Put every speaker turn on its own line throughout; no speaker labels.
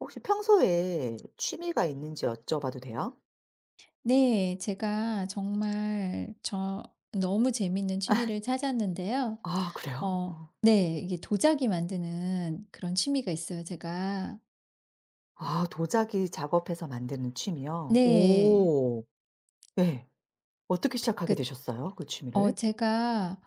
혹시 평소에 취미가 있는지 여쭤봐도 돼요?
네. 제가 정말 저 너무 재밌는 취미를 찾았는데요.
아 그래요?
어
어.
네. 이게 도자기 만드는 그런 취미가 있어요 제가.
아 도자기 작업해서 만드는 취미요?
네.
오. 네. 어떻게 시작하게
그
되셨어요? 그 취미를?
제가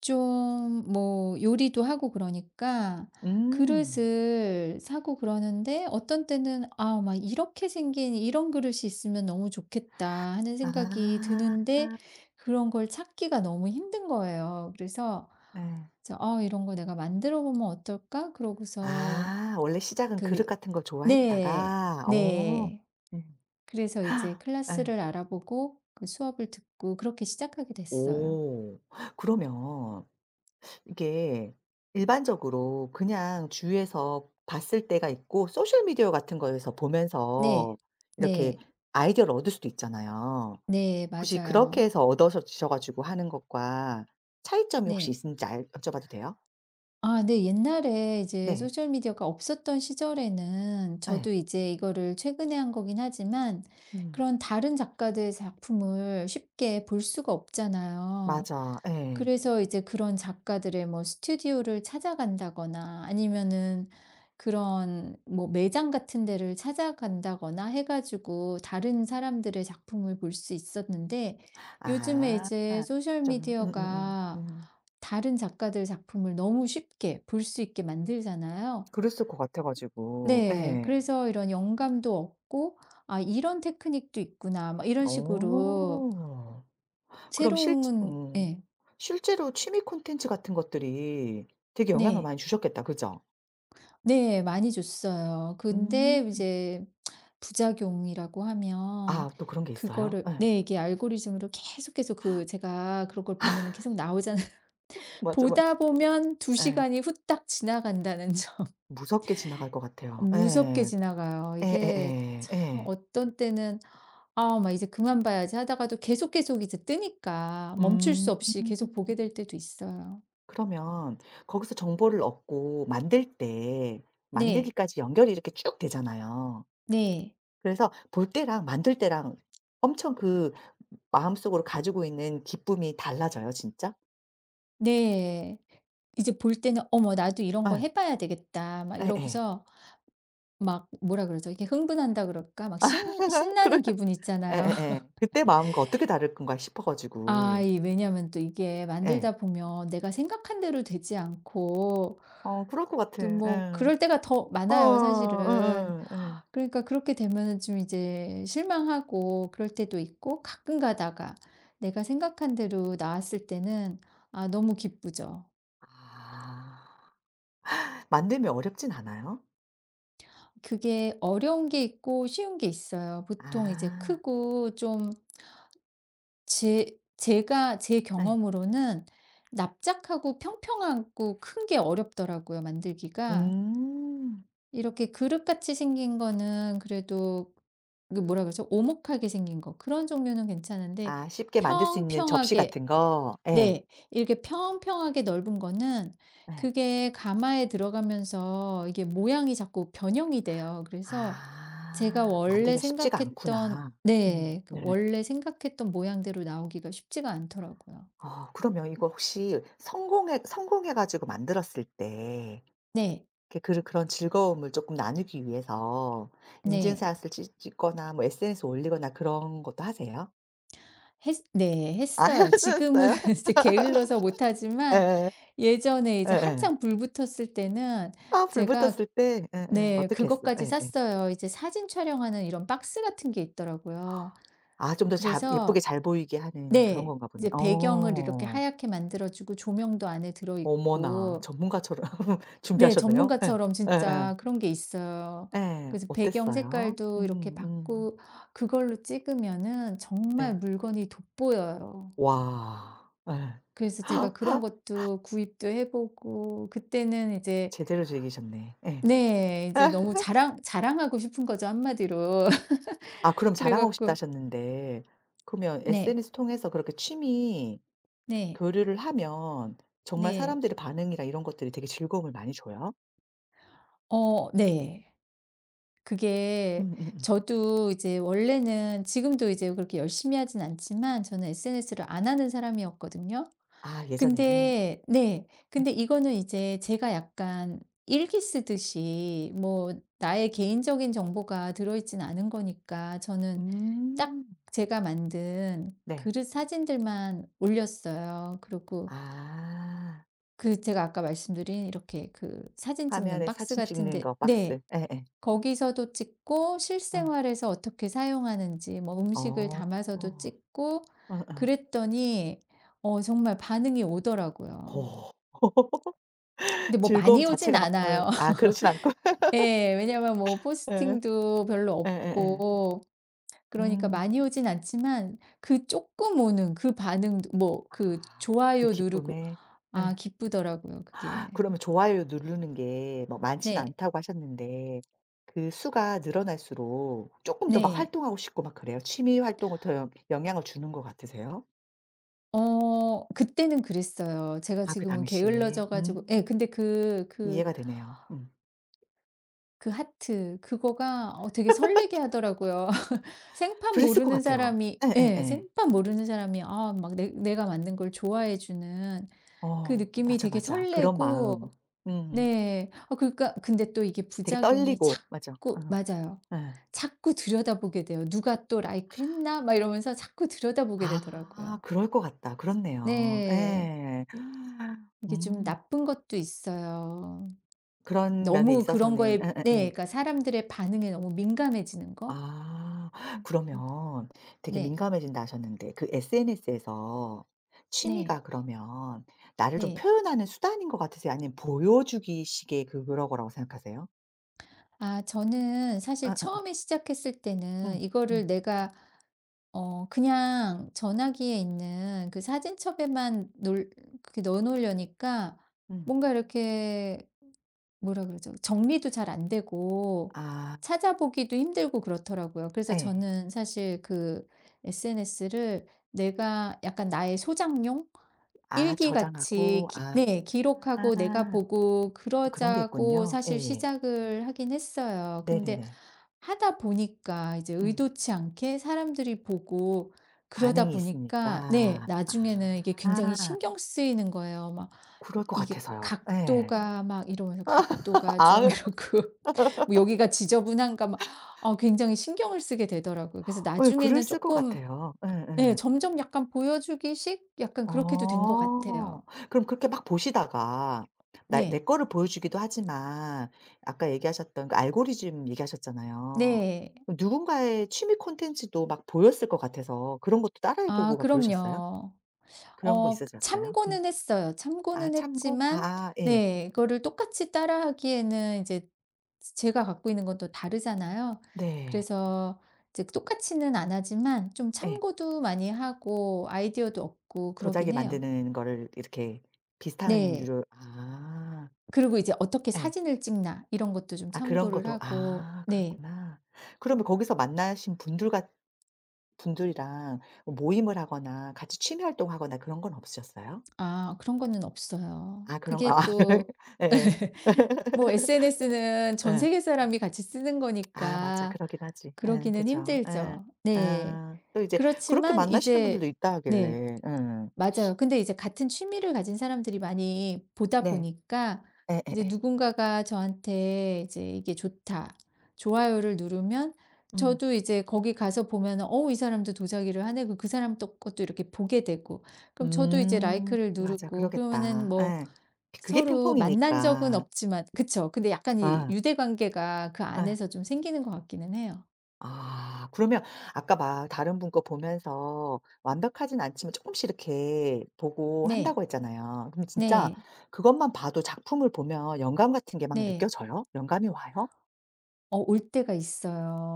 좀 뭐 요리도 하고 그러니까
음.
그릇을 사고 그러는데 어떤 때는 '아 막 이렇게 생긴 이런 그릇이 있으면 너무 좋겠다.' 하는 생각이
아.
드는데 그런 걸 찾기가 너무 힘든 거예요. 그래서
네.
'어 이런 거 내가 만들어 보면 어떨까?' 그러고서
아 원래 시작은
그
그릇 같은 걸
네.
좋아했다가 어.
네.
음.
그래서 이제
헉, 네.
클래스를 알아보고 그 수업을 듣고 그렇게 시작하게 됐어요.
오. 그러면 이게 일반적으로 그냥 주위에서 봤을 때가 있고 소셜 미디어 같은 거에서
네.
보면서 이렇게
네.
아이디어를 얻을 수도 있잖아요.
네.
혹시 그렇게
맞아요.
해서 얻으셔 가지고 하는 것과 차이점이 혹시
네.
있는지 알 여쭤봐도 돼요?
아 네. 옛날에 이제
네.
소셜 미디어가 없었던 시절에는
예.
저도 이제 이거를 최근에 한 거긴 하지만
음.
그런 다른 작가들의 작품을 쉽게 볼 수가 없잖아요.
맞아. 예.
그래서 이제 그런 작가들의 뭐 스튜디오를 찾아간다거나 아니면은 그런 뭐 매장 같은 데를 찾아간다거나 해 가지고 다른 사람들의 작품을 볼 수 있었는데 요즘에
아.
이제 소셜
좀
미디어가
음.
다른 작가들 작품을 너무 쉽게 볼 수 있게 만들잖아요.
그랬을 것 같아 가지고.
네.
예.
그래서 이런 영감도 얻고 '아 이런 테크닉도 있구나.' 막 이런 식으로
어. 그럼 실
새로운 예.
실제로 취미 콘텐츠 같은 것들이 되게 영향을
네.
많이 주셨겠다. 그죠?
네. 많이 줬어요. 근데
음.
이제 부작용이라고 하면
아 또 그런 게 있어요?
그거를
예.
네. 이게 알고리즘으로 계속, 계속 그 제가 그런 걸 보면은 계속 나오잖아요.
맞아, 맞아.
보다 보면 2
예.
시간이 후딱 지나간다는 점.
무섭게 지나갈 것 같아요.
무섭게
예.
지나가요.
예예예.
이게
예. 예,
참
예.
어떤 때는 '아 막 이제 그만 봐야지.' 하다가도 계속, 계속 이제 뜨니까 멈출
음.
수 없이 계속 보게 될 때도 있어요.
그러면 거기서 정보를 얻고 만들 때
네.
만들기까지 연결이 이렇게 쭉 되잖아요.
네.
그래서 볼 때랑 만들 때랑 엄청 그 마음속으로 가지고 있는 기쁨이 달라져요, 진짜?
네. 이제 볼 때는 '어머 나도 이런 거
예.
해 봐야 되겠다.' 막
예예.
이러고서 막 뭐라 그러죠? 이게 흥분한다 그럴까? 막 신
그래?
신나는 기분 있잖아요.
예예예. 그때 마음과 어떻게 다를 건가 싶어 가지고.
아 이 왜냐하면 또 이게
예.
만들다 보면 내가 생각한 대로 되지 않고
어 그럴 것 같아.
또 뭐
예.
그럴 때가 더 많아요
어
사실은.
예예. 예.
그러니까 그렇게 되면은 좀 이제 실망하고 그럴 때도 있고 가끔 가다가 내가 생각한 대로 나왔을 때는 아 너무 기쁘죠.
아. 만들면 어렵진 않아요?
그게 어려운 게 있고 쉬운 게 있어요. 보통 이제
아.
크고 좀 제
예.
경험으로는 납작하고 평평하고 큰게 어렵더라고요, 만들기가.
음.
이렇게 그릇같이 생긴 거는 그래도 그 뭐라 그러죠? 오목하게 생긴 거. 그런 종류는 괜찮은데
아 쉽게 만들 수 있는 접시
평평하게
같은 거. 예.
네. 이렇게 평평하게 넓은 거는
네.
그게 가마에 들어가면서 이게 모양이 자꾸 변형이 돼요. 그래서 제가
아.
원래
만들기가 쉽지가
생각했던
않구나.
네. 그
네.
원래 생각했던 모양대로 나오기가 쉽지가 않더라고요.
어 그러면 이거 혹시 성공해 가지고 만들었을 때
네.
이렇게 그 그런 즐거움을 조금 나누기 위해서
네.
인증샷을 찍 찍거나 뭐 SNS 올리거나 그런 것도 하세요?
했 네.
아
했어요. 지금은
하셨어요?
이제 게을러서 못 하지만
예예.
예전에
예 예.
이제
예.
한창 불 붙었을 때는
아
제가
불붙었을 때 예예.
네.
어떻게 했어?
그것까지
예예.
샀어요. 이제 사진 촬영하는 이런 박스 같은 게 있더라고요.
아 좀 더
그래서
예쁘게 잘 보이게 하는 그런
네.
건가 보네.
이제 배경을 이렇게
어.
하얗게 만들어 주고 조명도 안에
어머나
들어있고
전문가처럼
네
준비하셨네요. 예.
전문가처럼
예예. 예.
진짜 그런 게 있어요.
예,
그래서 배경
어땠어요?
색깔도 이렇게
음.
바꾸 그걸로 찍으면은 정말
네.
물건이 돋보여요.
와. 예.
그래서 제가 그런 것도 구입도 해 보고 그때는 이제
제대로 즐기셨네. 예.
네 이제 너무 자랑하고 싶은 거죠 한마디로.
아 그럼
그래
자랑하고 싶다
갖고
하셨는데 그러면
네.
SNS 통해서 그렇게 취미
네.
교류를 하면 정말
네.
사람들의 반응이나 이런 것들이 되게 즐거움을 많이 줘요?
어 네. 그게
음음음.
저도 이제 원래는 지금도 이제 그렇게 열심히 하진 않지만 저는 SNS를 안 하는 사람이었거든요.
아 예전에는.
근데 네.
음.
근데 이거는 이제 제가 약간 일기 쓰듯이 뭐 나의 개인적인 정보가 들어있진 않은 거니까 저는 딱
음.
제가 만든
네.
그릇 사진들만 올렸어요. 그리고
아.
그 제가 아까 말씀드린 이렇게 그 사진 찍는
화면에
박스
사진 찍는
같은데
거 박스.
네.
예예.
거기서도 찍고
어.
실생활에서 어떻게 사용하는지 뭐
어.
음식을 담아서도 찍고
어어. 어.
그랬더니 어 정말 반응이 오더라고요.
오.
근데 뭐
즐거움
많이 오진
자체가 막 어
않아요.
아 그렇진 않고.
예. 왜냐면 뭐
예.
포스팅도 별로
예예예.
없고 그러니까
음.
많이 오진 않지만 그 조금 오는 그 반응 뭐 그
아 그
좋아요 누르고
기쁨에.
아
예.
기쁘더라고요 그게.
그러면 좋아요 누르는 게 막 많지는
네.
않다고 하셨는데 그 수가 늘어날수록 쪼끔 더 막
네.
활동하고 싶고 막 그래요? 취미 활동을 더 영 영향을 주는 것 같으세요?
어 그때는 그랬어요. 제가
아 그
지금은
당시에.
게을러져
음.
가지고 예 근데 그그
이해가 되네요. 음.
그 하트 그거가 어 되게 설레게 하더라고요. 생판
그랬을 것
모르는
같아요.
사람이 예
예예예.
생판 모르는 사람이 아 막 내 내가 만든 걸 좋아해 주는 그
어.
느낌이
맞아,
되게
맞아. 그런
설레고
마음. 음.
네. 어, 그러니까 근데 또 이게
되게
부작용이
떨리고. 맞아.
자꾸
어.
맞아요.
예.
자꾸 들여다보게 돼요. '누가 또 라이크 했나?' 막 이러면서 자꾸 들여다보게
아
되더라고요.
그럴 것 같다. 그렇네요.
네.
예.
이게 좀
음.
나쁜 것도 있어요.
그런 면에
너무 그런
있어서는
거에 네
예예예.
그러니까 사람들의 반응에 너무 민감해지는 거?
아.
음 음
그러면 되게
네.
민감해진다 하셨는데 그 SNS에서
네.
취미가 그러면 나를 좀
네.
표현하는 수단인 것 같으세요? 아니면 보여주기 식의 그 그런 거라고 생각하세요?
아 저는 사실
예예.
처음에 시작했을 때는
음. 음.
이거를 내가 어 그냥 전화기에 있는 그 사진첩에만 놀 그렇게 넣어 놓으려니까
음.
뭔가 이렇게 뭐라 그러죠? 정리도 잘 안 되고
아
찾아보기도 힘들고 그렇더라고요. 그래서
예.
저는 사실 그 SNS를 내가 약간 나의 소장용?
아 저장하고
일기같이 기
아.
네 기록하고 내가 보고
또 그런 게
그러자고
있군요.
사실
예예.
시작을 하긴 했어요. 근데
네네네.
하다 보니까 이제
음.
의도치 않게 사람들이 보고 그러다
반응이
보니까 네
있으니까.
나중에는 이게 굉장히
아.
신경 쓰이는 거예요. 막
그럴 것
이게
같아서요. 예.
각도가 막 이러면서 각도가 좀
아
이러고 뭐 여기가 지저분한가 막 어 굉장히 신경을 쓰게 되더라고요. 그래서
예 글을
나중에는
쓸 것
조금
같아요.
네,
예예.
점점 약간 보여주기식 약간 그렇게도 된 것
어.
같아요.
그럼 그렇게 막 보시다가 나 내
네.
거를 보여주기도 하지만 아까 얘기하셨던 그 알고리즘 얘기하셨잖아요.
네.
그 누군가의 취미 콘텐츠도 막 보였을 것 같아서 그런 것도 따라해
아
보고 막 그러셨어요?
그럼요.
그런 거
어
있으셨어요? 음.
참고는 했어요.
아
참고는
참고?
했지만
아 예.
네 이거를 똑같이 따라하기에는 이제 제가 갖고 있는 건 또 다르잖아요.
네.
그래서 이제 똑같이는 안 하지만 좀
예.
참고도 많이 하고 아이디어도 얻고 그러긴
도자기
해요.
만드는 거를 이렇게 비슷한
네.
유료 아.
그리고 이제 어떻게
예.
사진을 찍나 이런 것도 좀
아 그런
참고를
것도
하고
아
네.
그렇구나. 그러면 거기서 만나신 분들과 분들이랑 모임을 하거나 같이 취미 활동하거나 그런 건 없으셨어요?
아 그런 거는 없어요.
아 그런 아
그게 또
예예.
뭐 SNS는 전
예.
세계 사람이 같이 쓰는
아 맞아.
거니까
그러긴 하지. 예.
그러기는
그죠. 예.
힘들죠.
아
네.
또 이제 그렇게
그렇지만
만나시는 분들도
이제
있다
네.
하길래. 예.
맞아요. 근데 이제 같은 취미를 가진 사람들이 많이 보다
네.
보니까 이제
예예예.
누군가가 저한테 이제 "이게 좋다." 좋아요를 누르면
음.
저도 이제 거기 가서 보면은 '어 이 사람도 도자기를 하네.' 그 그 사람 또 것도 이렇게 보게 되고 그럼 저도 이제
음.
라이크를
맞아.
누르고 그러면은
그러겠다.
뭐
예. 그게
서로 만난 적은
핑퐁이니까.
없지만 그쵸. 근데 약간 이
어.
유대 관계가 그
예.
안에서 좀 생기는 것 같기는 해요.
아 그러면 아까 막 다른 분 거 보면서 완벽하진 않지만 조금씩 이렇게 보고
네.
한다고 했잖아요. 그럼 진짜
네.
그것만 봐도 작품을 보면 영감 같은 게 막
네.
느껴져요? 영감이 와요?
어 올 때가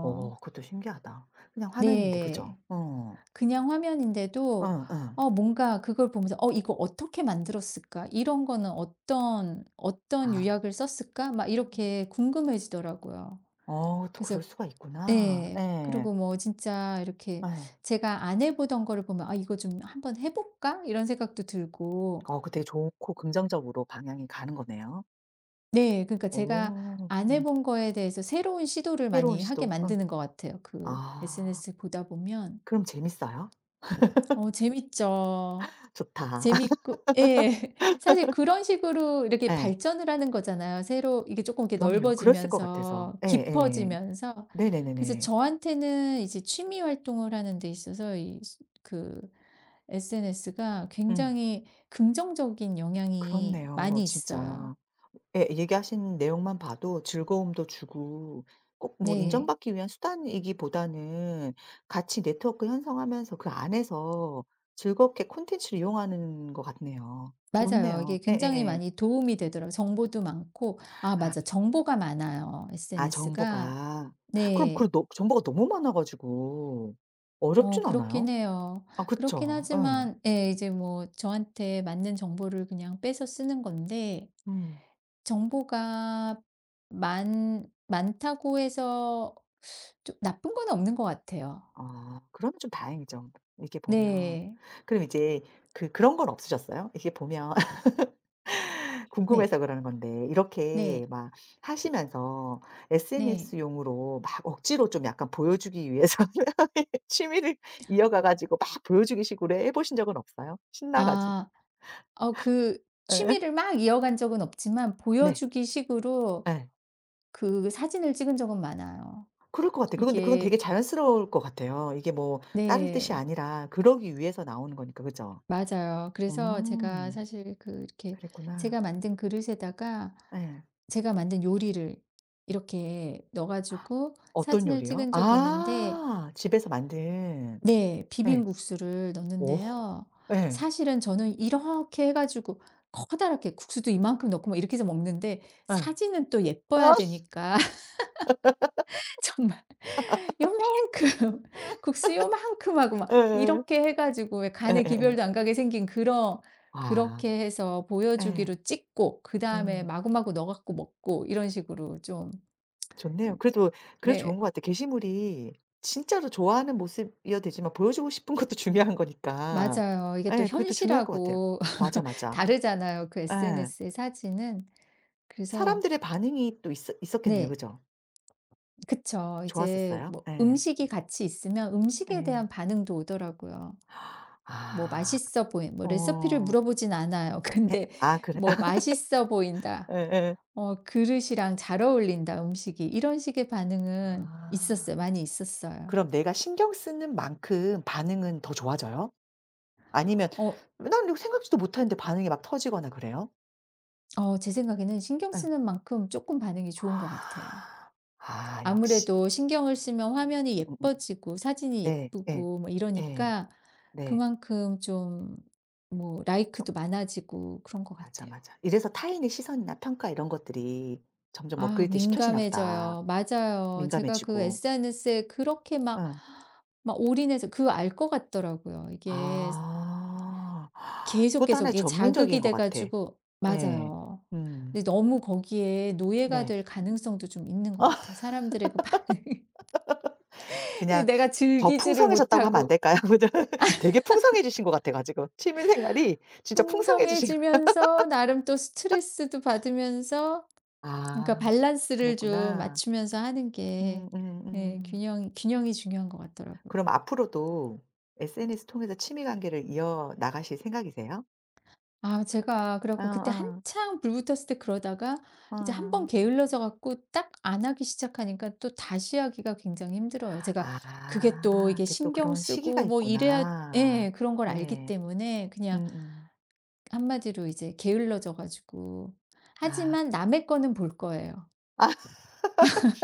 어 그것도 신기하다. 그냥 화면인데 그죠?
네.
어.
그냥 화면인데도
응, 응.
어 뭔가 그걸 보면서 '어 이거 어떻게 만들었을까? 이런 거는 어떤 어떤
아.
유약을 썼을까?' 막 이렇게 궁금해지더라고요.
어 또
그래서
그럴 수가 있구나.
예.
예.
그리고 뭐 진짜 이렇게
예.
제가 안 해 보던 거를 보면 '아 이거 좀 한번 해 볼까?' 이런 생각도 들고
어 그 되게 좋고 긍정적으로 방향이 가는 거네요.
네. 그러니까 제가
오.
안 해
음.
본 거에 대해서 새로운 시도를
새로운
많이 하게
시도. 응.
만드는 것 같아요. 그
아.
SNS 보다 보면.
그럼 재밌어요?
어 재밌죠.
좋다.
재밌고 예. 사실 그런 식으로 이렇게
예.
발전을 하는 거잖아요. 새로 이게 조금 이렇게
그럼요. 그랬을 것 같아서.
넓어지면서
예예.
깊어지면서. 그래서
네네네네.
저한테는 이제 취미 활동을 하는 데 있어서 이 수- 그 SNS가
음.
굉장히 긍정적인 영향이
그렇네요
많이
진짜.
있어요.
예 얘기하신 내용만 봐도 즐거움도 주고 꼭 뭐
네.
인정받기 위한 수단이기보다는 같이 네트워크 형성하면서 그 안에서 즐겁게 콘텐츠를 이용하는 것 같네요.
맞아요.
좋네요.
이게 굉장히
예예예.
많이 도움이 되더라고요. 정보도 많고 아 맞아.
아
정보가 많아요
아
SNS가.
정보가. 그럼 그
네.
너 정보가 너무 많아 가지고
어
어렵진
그렇긴
않아요?
해요.
아
그렇긴
그쵸. 예.
하지만 예 이제 뭐 저한테 맞는 정보를 그냥 빼서 쓰는 건데
음.
정보가 많 많다고 해서 좀 나쁜 건 없는 것 같아요.
아 그러면 좀 다행이죠. 이렇게 보면.
네.
그럼 이제 그 그런 건 없으셨어요? 이게 보면
네.
궁금해서 그러는 건데 이렇게
네.
막 하시면서
네.
SNS용으로 막 억지로 좀 약간 보여주기 위해서 취미를 이어가 가지고 막 보여주기 식으로 해 보신 적은 없어요? 신나 가지고.
아. 어 그
예.
취미를 막 이어간 적은 없지만
네.
보여주기 식으로
예.
그 사진을 찍은 적은 많아요.
그럴 것 같아요. 그건 근데 그건 되게
이게
자연스러울 것 같아요. 이게 뭐 다른 뜻이
네.
아니라 그러기 위해서 나오는 거니까. 그죠?
맞아요. 그래서 제가
음.
사실 그 이렇게
그랬구나.
제가 만든 그릇에다가
예.
제가 만든 요리를 이렇게 넣어 가지고
어떤
사진을
요리요?
찍은 적이 있는데
아 집에서 만든.
네
예.
비빔국수를
오.
넣었는데요.
예.
사실은 저는 이렇게 해 가지고 커다랗게 국수도 이만큼 넣고 막 이렇게 해서 먹는데
예.
사진은 또
아.
예뻐야 되니까 정말 요만큼 국수 요만큼 하고 막
예예.
이렇게 해 가지고 왜
예예예.
간에
예예 예.
기별도 안 가게 생긴 그런
아.
그렇게 해서
예.
보여주기로 찍고 그다음에
음.
마구마구 넣어 갖고 먹고 이런 식으로 좀
좋네요.
그
그래도 그래도 좋은
네.
것 같아요. 게시물이 진짜로 좋아하는 모습이어야 되지만 보여주고 싶은 것도 중요한 거니까.
맞아요. 이게 또
예. 그게 또 중요할 것 같아요.
현실하고
맞아, 맞아.
다르잖아요, 그
예.
SNS의 사진은. 그래서
사람들의 반응이 또 있었겠네요.
네.
그죠?
그쵸. 이제
좋았었어요?
뭐
예.
음식이 같이 있으면 음식에
예.
대한 반응도 오더라고요. 뭐
아.
맛있어 보인 뭐 레시피를
어.
물어보진 않아요.
예.
근데
아 그래
뭐 "맛있어 보인다."
예예.
어 "그릇이랑 잘 어울린다, 음식이." 이런 식의 반응은
아.
있었어요. 많이 있었어요.
그럼 내가 신경 쓰는 만큼 반응은 더 좋아져요? 아니면
어
난 이거 생각지도 못했는데 반응이 막 터지거나 그래요?
어 제 생각에는 신경
예.
쓰는 만큼 조금 반응이 좋은 것 같아요.
아 아 역시.
아무래도 신경을 쓰면 화면이
음음음.
예뻐지고 사진이
네. 예.
예쁘고 뭐
예.
이러니까
네.
그만큼 좀 뭐
좀
라이크도 많아지고 그런 것
맞아,
같아요.
맞아. 이래서 타인의 시선이나 평가 이런 것들이 점점
아
업그레이드 시켜지나 보다.
민감해져요. 맞아요. 제가 그
민감해지고.
SNS에 그렇게 막
예.
올인해서 그 알 것 같더라고요. 이게
아.
계속
그것도
계속
하나의
이게
전문적인
자극이
것
돼
같아.
가지고
예.
맞아요.
음.
근데 너무 거기에 노예가
네.
될 가능성도 좀 있는 것 같아요. 사람들의 그 반응이
그냥
내가
더
즐기지를
풍성해졌다고 하면 안
못하고
될까요? 그 되게 풍성해지신 것 같아 가지고 취미 생활이 진짜 풍성해지신 것
풍성해지면서 나름 또 스트레스도 받으면서 그러니까
아
밸런스를 좀
그랬구나.
맞추면서 하는 게 예
음.
균형이 중요한 것 같더라고요.
그럼 앞으로도 SNS 통해서 취미 관계를 이어 나가실 생각이세요?
아 제가 그래
어
갖고 그때
어.
한창 불붙었을 때 그러다가 이제 한번
어.
게을러져 갖고 딱 안 하기 시작하니까 또 다시 하기가 굉장히 힘들어요. 제가 그게 또
아
이게
그게 또
신경
그런 시기가
쓰고 뭐 이래야
있구나.
예 그런 걸 알기
예.
때문에 그냥
음음.
한마디로 이제 게을러져 가지고
아.
하지만 남의 거는 볼 거예요.
아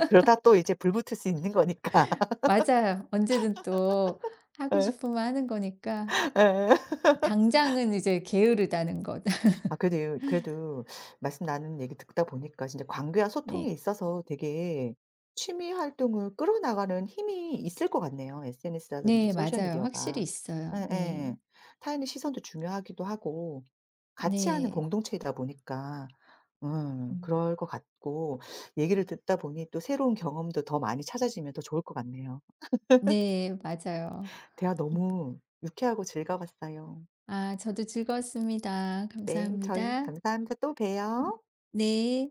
그러다 또 이제 불 붙을 수 있는 거니까.
맞아요. 언제든 또 하고
예.
싶으면 하는 거니까
예.
당장은 이제 게으르다는 것.
아 그래도 이 그래도 말씀 나눈 얘기 듣다 보니까 진짜 관계와 소통에
네.
있어서 되게 취미 활동을 끌어나가는 힘이 있을 것 같네요, SNS라든지
네
소셜
맞아요.
미디어가.
확실히 있어요. 네.
예예. 타인의 시선도 중요하기도 하고 같이 하는
네.
공동체이다 보니까
음.
그럴 것 같고 얘기를 듣다 보니 또 새로운 경험도 더 많이 찾아지면 더 좋을 것 같네요.
네. 맞아요.
대화 너무 유쾌하고 즐거웠어요.
아 저도 즐거웠습니다.
네. 저희
감사합니다.
감사합니다. 또
음
봬요.
네.